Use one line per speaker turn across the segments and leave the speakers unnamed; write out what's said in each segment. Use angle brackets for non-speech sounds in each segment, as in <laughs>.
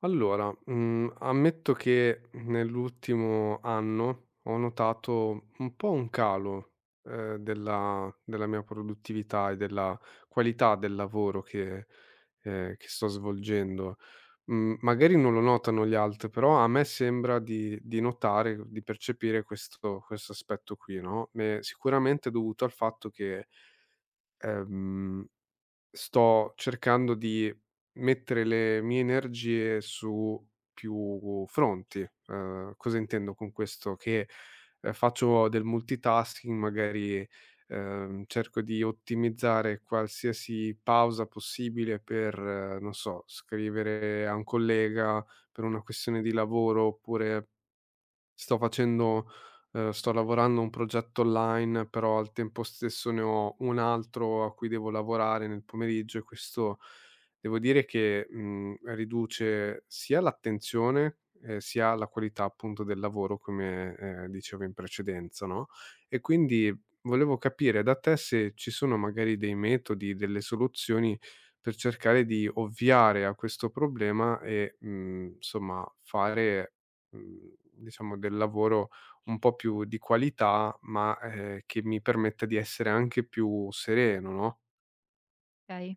Allora, ammetto che nell'ultimo anno ho notato un po' un calo, della mia produttività e della qualità del lavoro che sto svolgendo. Magari non lo notano gli altri, però a me sembra di notare, di percepire questo aspetto qui, no, sicuramente è dovuto al fatto che, ehm Sto cercando di mettere le mie energie su più fronti. Cosa intendo con questo? Che, faccio del multitasking, magari, cerco di ottimizzare qualsiasi pausa possibile per, non so, scrivere a un collega per una questione di lavoro, oppure Sto facendo sto lavorando a un progetto online, però al tempo stesso ne ho un altro a cui devo lavorare nel pomeriggio e questo devo dire che, riduce sia l'attenzione, sia la qualità appunto del lavoro come, dicevo in precedenza, no, e quindi volevo capire da te se ci sono magari dei metodi, delle soluzioni per cercare di ovviare a questo problema e, insomma fare diciamo del lavoro un po' più di qualità, ma, che mi permetta di essere anche più sereno, no?
Okay.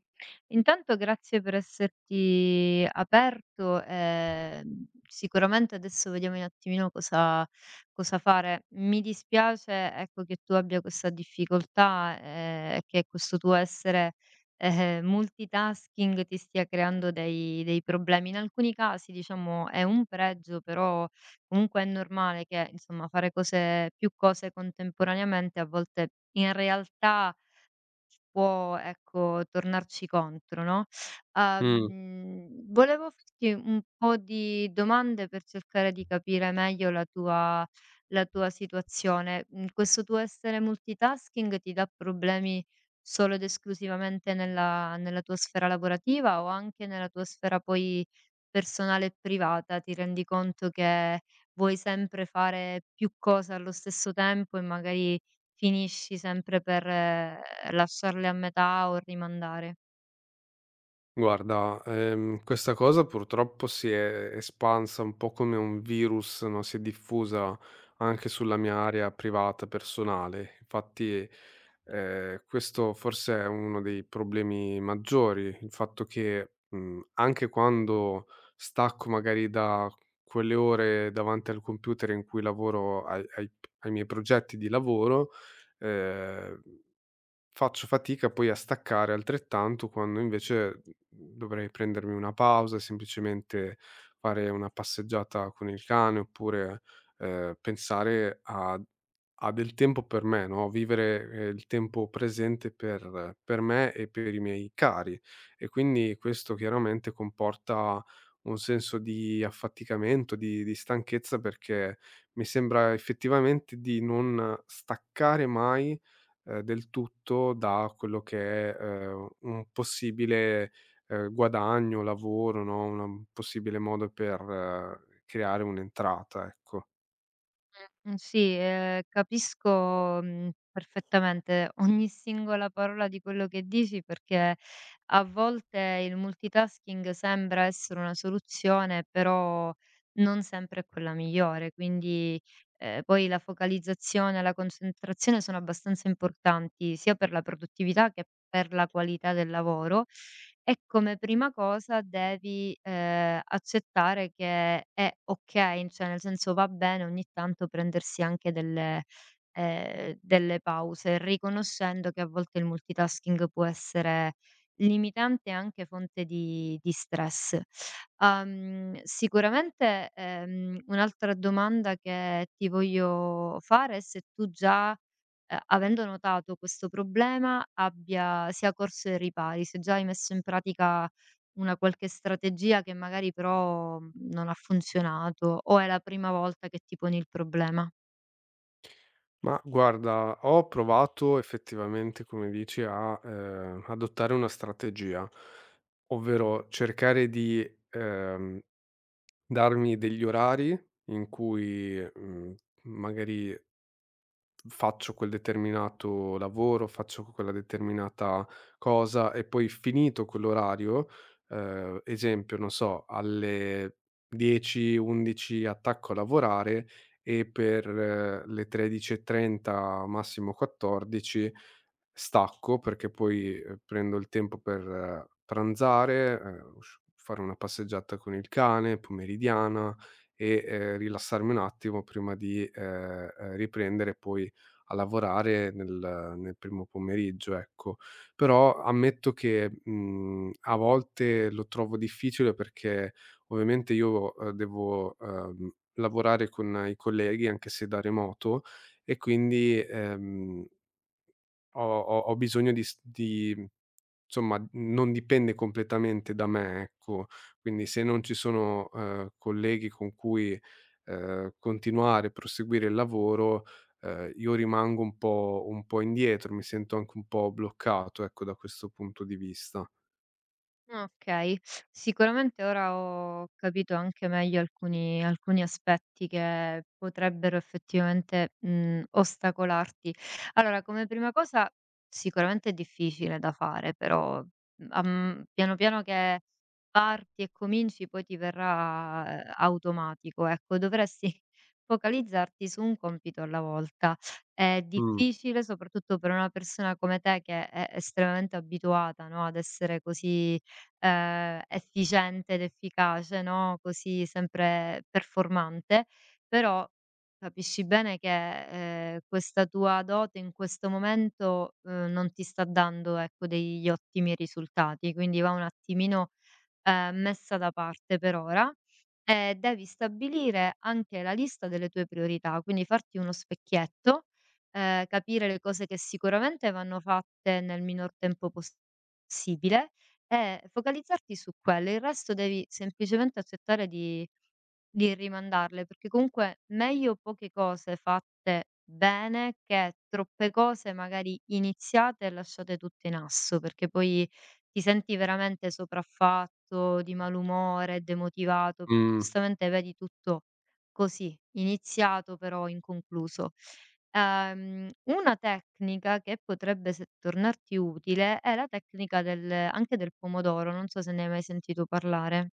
Intanto grazie per esserti aperto, sicuramente adesso vediamo un attimino cosa cosa fare. Mi dispiace, ecco, che tu abbia questa difficoltà, e che questo tuo essere, multitasking ti stia creando dei problemi. In alcuni casi, diciamo, è un pregio, però comunque è normale che, insomma, fare cose più cose contemporaneamente a volte in realtà può, ecco, tornarci contro, no. Volevo farti un po' di domande per cercare di capire meglio la tua situazione. Mhmm, Questo tuo essere multitasking ti dà problemi solo ed esclusivamente nella tua sfera lavorativa o anche nella tua sfera poi personale e privata? Ti rendi conto che vuoi sempre fare più cose allo stesso tempo e magari finisci sempre per lasciarle a metà o rimandare.
Guarda, questa cosa purtroppo si è espansa un po' come un virus, no, si è diffusa anche sulla mia area privata, personale. Infatti, questo forse è uno dei problemi maggiori, il fatto che, anche quando stacco magari da quelle ore davanti al computer in cui lavoro ai miei progetti di lavoro, ehm Faccio fatica poi a staccare altrettanto quando invece, dovrei prendermi una pausa, semplicemente fare una passeggiata con il cane oppure, pensare a del tempo per me, no, vivere, il tempo presente per me e per i miei cari. E quindi questo chiaramente comporta un senso di affaticamento, di stanchezza perché mi sembra effettivamente di non staccare mai del tutto da quello che è, un possibile, guadagno, lavoro, no, una un possibile modo per creare un'entrata, ecco.
Sì, capisco, perfettamente <laughs> ogni singola parola di quello che dici, perché a volte il multitasking sembra essere una soluzione, però non sempre è quella migliore, quindi, poi la focalizzazione, e la concentrazione sono abbastanza importanti, sia per la produttività che per la qualità del lavoro. E come prima cosa devi, accettare che è okay, cioè nel senso va bene ogni tanto prendersi anche delle delle pause, riconoscendo che a volte il multitasking può essere limitante e anche fonte di stress. Sicuramente, un'altra domanda che ti voglio fare è se tu già avendo notato questo problema abbia sia corso ai ripari, se già hai messo in pratica una qualche strategia che magari però, non ha funzionato o è la prima volta che ti poni il problema?
Ma guarda, ho provato effettivamente, come dici, a, adottare una strategia, ovvero cercare di, ehm, darmi degli orari in cui, magari faccio quel determinato lavoro, faccio quella determinata cosa e poi finito quell'orario, esempio, non so, alle 10, 11 attacco a lavorare e per le 13:30, massimo 14 stacco, perché poi, prendo il tempo per pranzare, usc fare una passeggiata con il cane pomeridiana e, rilassarmi un attimo prima di, riprendere poi a lavorare nel primo pomeriggio, ecco. Però ammetto che, a volte lo trovo difficile perché ovviamente io, devo, lavorare con i colleghi anche se da remoto e quindi, ho bisogno di s di mhmm, insomma, non dipende completamente da me, ecco. Quindi se non ci sono, colleghi con cui, continuare, proseguire il lavoro, io rimango un po' indietro, mi sento anche un po' bloccato, ecco, da questo punto di vista.
Okay. Sicuramente ora ho capito anche meglio alcuni aspetti che potrebbero effettivamente, ostacolarti. Allora, come prima cosa sicuramente è difficile da fare, però, am piano piano che parti e cominci poi ti verrà, automatico, ecco. Dovresti <laughs> focalizzarti su un compito alla volta. È
Mh,
difficile soprattutto per una persona come te che è estremamente abituata, no, ad essere così efficiente ed efficace, no, così sempre performante, però capisci bene che, questa tua dote in questo momento, non ti sta dando, ecco, degli ottimi risultati, quindi va un attimino messa da parte per ora e devi stabilire anche la lista delle tue priorità, quindi farti uno specchietto, capire le cose che sicuramente vanno fatte nel minor tempo possibile e focalizzarti su quelle. Il resto devi semplicemente accettare di rimandarle, perché comunque meglio poche cose fatte bene che troppe cose magari iniziate e lasciate tutte in asso, perché poi ti senti veramente sopraffatto, di malumore, demotivato, perché
mh.
giustamente vedi tutto così, iniziato però inconcluso. Una tecnica che potrebbe se tornarti utile è la tecnica del anche del pomodoro, non so se ne hai mai sentito parlare.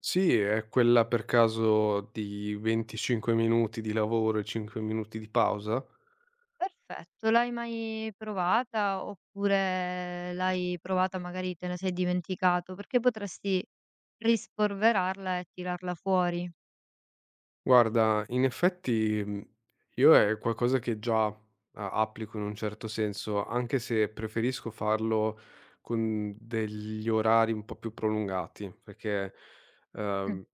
Sì, è quella per caso di 25 minuti di lavoro e 5 minuti di pausa?
Perfetto. L'hai mai provata oppure l'hai provata, magari te ne sei dimenticato? Perché potresti rispolverarla e tirarla fuori.
Guarda, in effetti, io è qualcosa che già a applico in un certo senso, anche se preferisco farlo con degli orari un po' più prolungati, perché,
Mh-mh.
uhm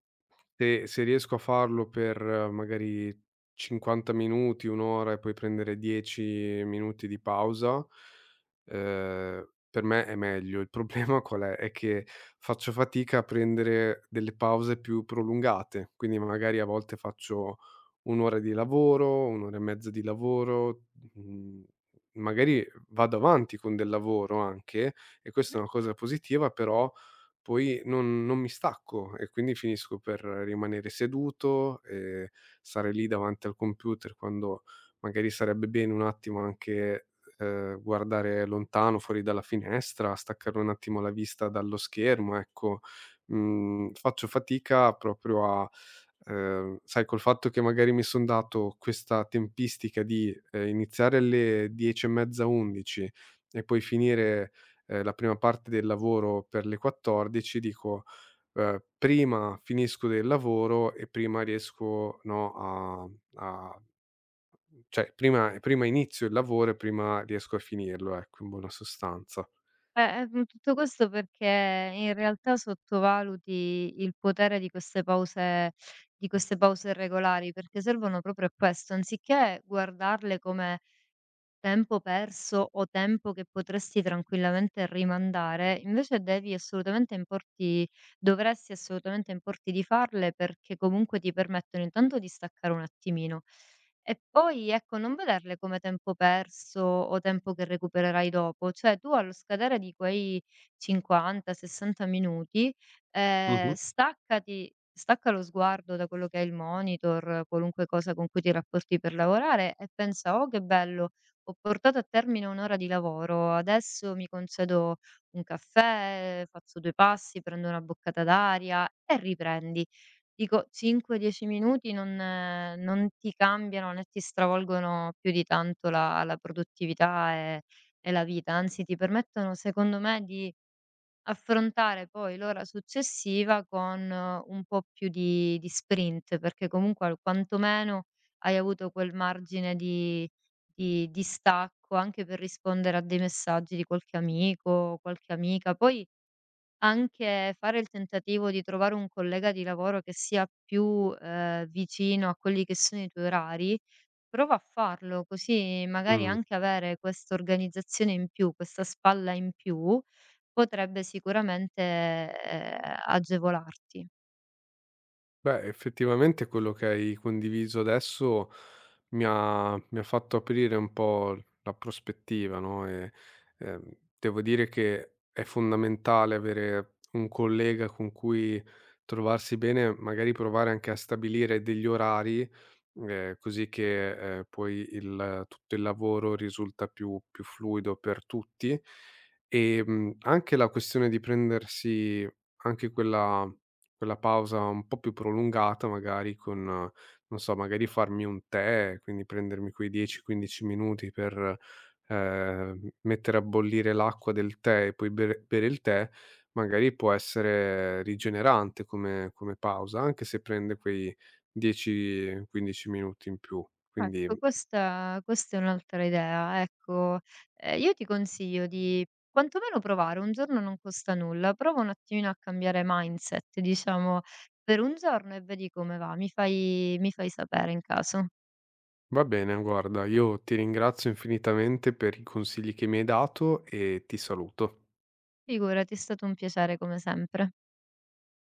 se riesco a farlo per magari 50 minuti, 1 ora e poi prendere 10 minuti di pausa, per me è meglio. Il <laughs> problema qual è? È che faccio fatica a prendere delle pause più prolungate, quindi magari a volte faccio 1 ora di lavoro, 1 ora e mezza di lavoro, mhmm, magari vado avanti con del lavoro anche e questa è una cosa positiva, però poi non mi stacco e quindi finisco per rimanere seduto e stare lì davanti al computer quando magari sarebbe bene un attimo anche, guardare lontano, fuori dalla finestra, staccare un attimo la vista dallo schermo, ecco. Faccio fatica proprio a sai col fatto che magari mi son dato questa tempistica di, iniziare alle 10 e mezza, 11 e poi finire la prima parte del lavoro per le 14, dico, "Prima finisco del lavoro e prima riesco, no, a a cioè prima prima inizio il lavoro e prima riesco a finirlo", ecco, in buona sostanza.
Tutto questo perché in realtà sottovaluti il potere di queste pause regolari, perché servono proprio a questo, anziché guardarle come tempo perso o tempo che potresti tranquillamente rimandare, invece devi assolutamente importi dovresti assolutamente importi di farle perché comunque ti permettono intanto di staccare un attimino e poi, ecco, non vederle come tempo perso o tempo che recupererai dopo, cioè tu allo scadere di quei 50, 60 minuti,
Mh-mh.
staccati stacca lo sguardo da quello che è il monitor, qualunque cosa con cui ti rapporti per lavorare e pensa: "Oh, che bello, ho portato a termine un'ora di lavoro, adesso mi concedo un caffè, faccio 2 passi, prendo una boccata d'aria e riprendi. Dico 5, 10 minuti non non ti cambiano né ti stravolgono più di tanto la produttività e la vita, anzi ti permettono secondo me di affrontare poi l'ora successiva con un po' più di sprint, perché comunque al quantomeno hai avuto quel margine di di stacco anche per rispondere a dei messaggi di qualche amico, qualche amica. Poi anche fare il tentativo di trovare un collega di lavoro che sia più, vicino a quelli che sono i tuoi orari. Prova a farlo, così magari
Mh.
anche avere questa organizzazione in più, questa spalla in più, potrebbe sicuramente, ehm, agevolarti.
Beh, effettivamente quello che hai condiviso adesso mi ha fatto aprire un po' la prospettiva, no, e, ehm, devo dire che è fondamentale avere un collega con cui trovarsi bene, magari provare anche a stabilire degli orari, così che, poi il tutto il lavoro risulta più fluido per tutti. Anche la questione di prendersi anche quella pausa un po' più prolungata magari con non so, magari farmi un tè, quindi prendermi quei 10, 15 minuti per, mettere a bollire l'acqua del tè e poi bere il tè, magari può essere rigenerante come pausa, anche se prende quei 10, 15 minuti in più.
Ecco,
Quindi
questa è un'altra idea, ecco. Io ti consiglio di quantomeno provare, un giorno non costa nulla, prova un attimino a cambiare mindset, diciamo, per un giorno e vedi come va. Mi fai sapere in caso.
va bene, guarda, io ti ringrazio infinitamente per i consigli che mi hai dato e ti saluto.
Figurati, è stato un piacere come sempre.